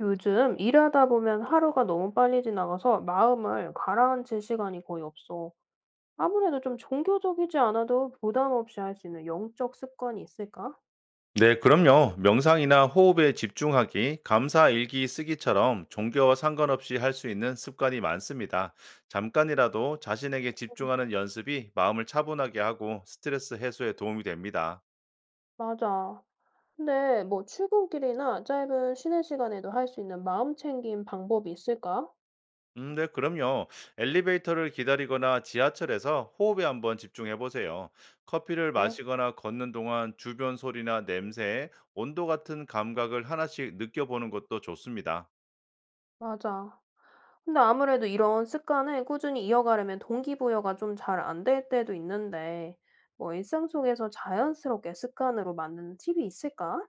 요즘 일하다 보면 하루가 너무 빨리 지나가서 마음을 가라앉힐 시간이 거의 없어. 아무래도 좀 종교적이지 않아도 부담 없이 할 수 있는 영적 습관이 있을까? 네, 그럼요. 명상이나 호흡에 집중하기, 감사 일기 쓰기처럼 종교와 상관없이 할 수 있는 습관이 많습니다. 잠깐이라도 자신에게 응, 집중하는 연습이 마음을 차분하게 하고 스트레스 해소에 도움이 됩니다. 맞아. 근데 뭐 출근길이나 짧은 쉬는 시간에도 할 수 있는 마음 챙김 방법이 있을까? 네, 그럼요. 엘리베이터를 기다리거나 지하철에서 호흡에 한번 집중해 보세요. 커피를 에이, 마시거나 걷는 동안 주변 소리나 냄새, 온도 같은 감각을 하나씩 느껴보는 것도 좋습니다. 맞아. 근데 아무래도 이런 습관을 꾸준히 이어가려면 동기부여가 좀 잘 안될 때도 있는데, 뭐 일상 속에서 자연스럽게 습관으로 만드는 팁이 있을까?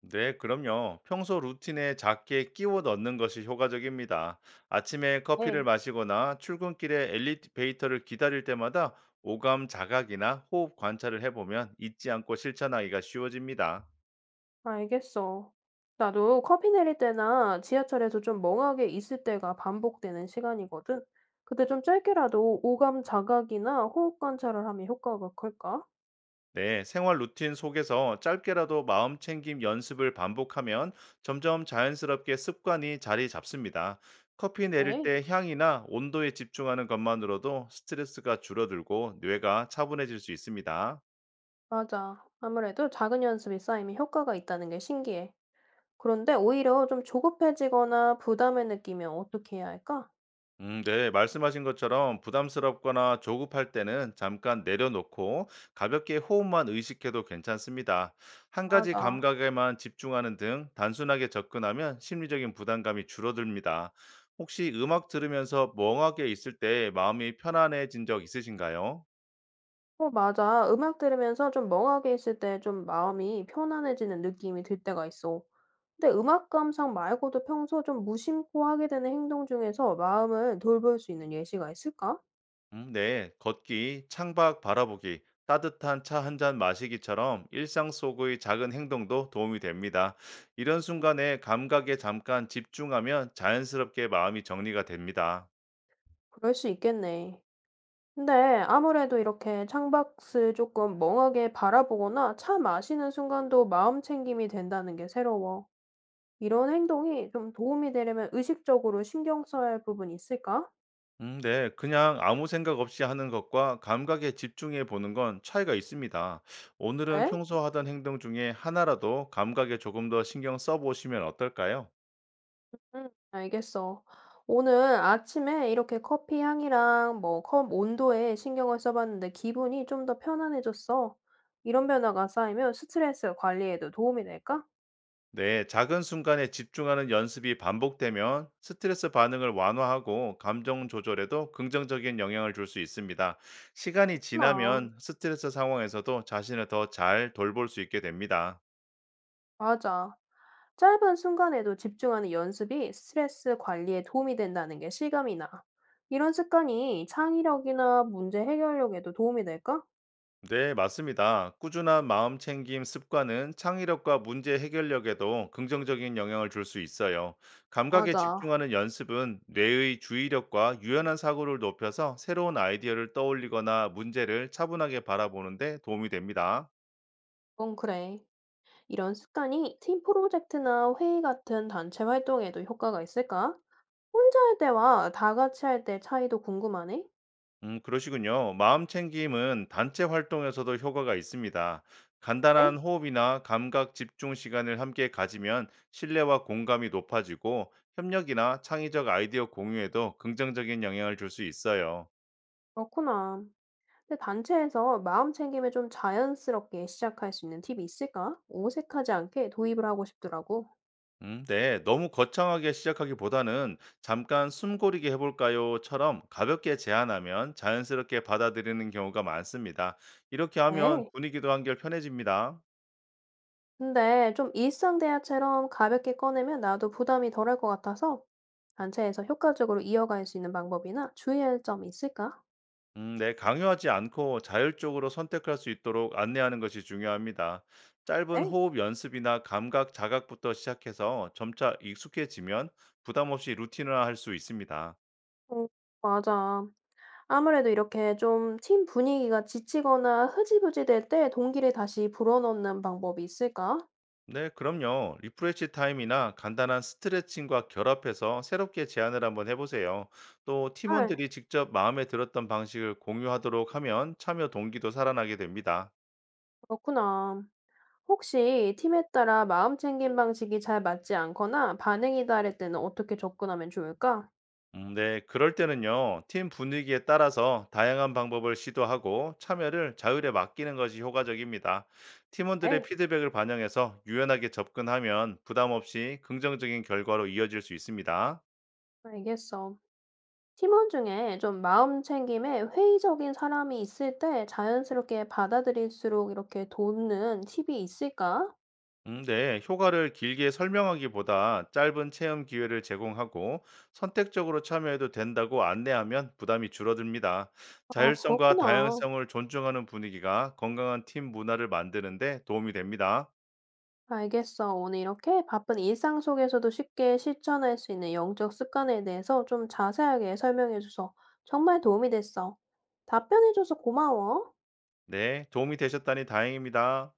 네, 그럼요. 평소 루틴에 작게 끼워 넣는 것이 효과적입니다. 아침에 커피를 네. 마시거나 출근길에 엘리베이터를 기다릴 때마다 오감 자각이나 호흡 관찰을 해보면 잊지 않고 실천하기가 쉬워집니다. 알겠어. 나도 커피 내릴 때나 지하철에서 좀 멍하게 있을 때가 반복되는 시간이거든. 그때 좀 짧게라도 오감 자각이나 호흡 관찰을 하면 효과가 클까? 네, 생활 루틴 속에서 짧게라도 마음 챙김 연습을 반복하면 점점 자연스럽게 습관이 자리 잡습니다. 커피 내릴 에이, 때 향이나 온도에 집중하는 것만으로도 스트레스가 줄어들고 뇌가 차분해질 수 있습니다. 맞아. 아무래도 작은 연습이 쌓이면 효과가 있다는 게 신기해. 그런데 오히려 좀 조급해지거나 부담을 느끼면 어떻게 해야 할까? 네, 말씀하신 것처럼 부담스럽거나 조급할 때는 잠깐 내려놓고 가볍게 호흡만 의식해도 괜찮습니다. 한 가지 맞아. 감각에만 집중하는 등 단순하게 접근하면 심리적인 부담감이 줄어듭니다. 혹시 음악 들으면서 멍하게 있을 때 마음이 편안해진 적 있으신가요? 어, 맞아. 음악 들으면서 좀 멍하게 있을 때 좀 마음이 편안해지는 느낌이 들 때가 있어. 근데 음악 감상 말고도 평소 좀 무심코 하게 되는 행동 중에서 마음을 돌볼 수 있는 예시가 있을까? 네. 걷기, 창밖 바라보기, 따뜻한 차 한 잔 마시기처럼 일상 속의 작은 행동도 도움이 됩니다. 이런 네. 순간에 감각에 잠깐 집중하면 자연스럽게 마음이 정리가 됩니다. 그럴 수 있겠네. 근데 아무래도 이렇게 창밖을 조금 멍하게 바라보거나 차 마시는 순간도 마음 챙김이 된다는 게 새로워. 이런 행동이 좀 도움이 되려면 의식적으로 신경 써야 할 부분이 있을까? 네. 그냥 아무 생각 없이 하는 것과 감각에 집중해 보는 건 차이가 있습니다. 오늘은 그래? 평소 하던 행동 중에 하나라도 감각에 조금 더 신경 써 보시면 어떨까요? 응, 알겠어. 오늘 아침에 이렇게 커피 향이랑 뭐 컵 온도에 신경을 써봤는데 기분이 좀 더 편안해졌어. 이런 변화가 쌓이면 스트레스 관리에도 도움이 될까? 네, 작은 순간에 집중하는 연습이 반복되면 스트레스 반응을 완화하고 감정 조절에도 긍정적인 영향을 줄 수 있습니다. 시간이 그렇구나. 지나면 스트레스 상황에서도 자신을 더 잘 돌볼 수 있게 됩니다. 맞아. 짧은 순간에도 집중하는 연습이 스트레스 관리에 도움이 된다는 게 실감이 나. 이런 습관이 창의력이나 문제 해결력에도 도움이 될까? 네, 맞습니다. 꾸준한 마음 챙김 습관은 창의력과 문제 해결력에도 긍정적인 영향을 줄 수 있어요. 감각에 맞아. 집중하는 연습은 뇌의 주의력과 유연한 사고를 높여서 새로운 아이디어를 떠올리거나 문제를 차분하게 바라보는 데 도움이 됩니다. 그건 그래. 이런 습관이 팀 프로젝트나 회의 같은 단체 활동에도 효과가 있을까? 혼자 할 때와 다 같이 할 때 차이도 궁금하네? 그러시군요. 마음 챙김은 단체 활동에서도 효과가 있습니다. 네? 간단한 호흡이나 감각 집중 시간을 함께 가지면 신뢰와 공감이 높아지고 협력이나 창의적 아이디어 공유에도 긍정적인 영향을 줄 수 있어요. 그렇구나. 근데 단체에서 마음 챙김을 좀 자연스럽게 시작할 수 있는 팁이 있을까? 어색하지 않게 도입을 하고 싶더라고. 네, 너무 거창하게 시작하기보다는 잠깐 숨고르게 해볼까요?처럼 가볍게 제안하면 자연스럽게 받아들이는 경우가 많습니다. 이렇게 하면 네. 분위기도 한결 편해집니다. 근데 좀 일상 대화처럼 가볍게 꺼내면 나도 부담이 덜할 것 같아서 단체에서 효과적으로 이어갈 수 있는 방법이나 주의할 점 있을까? 네, 강요하지 않고 자율적으로 선택할 수 있도록 안내하는 것이 중요합니다. 짧은 네. 호흡 연습이나 감각 자각부터 시작해서 점차 익숙해지면 부담 없이 루틴화할 수 있습니다. 어, 맞아. 아무래도 이렇게 좀 팀 분위기가 지치거나 흐지부지 될 때 동기를 다시 불어넣는 방법이 있을까? 네, 그럼요. 리프레시 타임이나 간단한 스트레칭과 결합해서 새롭게 제안을 한번 해보세요. 또 아, 팀원들이 직접 마음에 들었던 방식을 공유하도록 하면 참여 동기도 살아나게 됩니다. 그렇구나. 혹시 팀에 따라 마음 챙김 방식이 잘 맞지 않거나 반응이 다를 때는 어떻게 접근하면 좋을까? 네, 그럴 때는요, 팀 분위기에 따라서 다양한 방법을 시도하고 참여를 자율에 맡기는 것이 효과적입니다. 팀원들의 에이, 피드백을 반영해서 유연하게 접근하면 부담 없이 긍정적인 결과로 이어질 수 있습니다. 알겠어. 팀원 중에 좀 마음 챙김에 회의적인 사람이 있을 때 자연스럽게 받아들일수록 이렇게 돕는 팁이 있을까? 네, 효과를 길게 설명하기보다 짧은 체험 기회를 제공하고 선택적으로 참여해도 된다고 안내하면 부담이 줄어듭니다. 아, 자율성과 그렇구나. 다양성을 존중하는 분위기가 건강한 팀 문화를 만드는데 도움이 됩니다. 알겠어. 오늘 이렇게 바쁜 일상 속에서도 쉽게 실천할 수 있는 영적 습관에 대해서 좀 자세하게 설명해줘서 정말 도움이 됐어. 답변해줘서 고마워. 네, 도움이 되셨다니 다행입니다.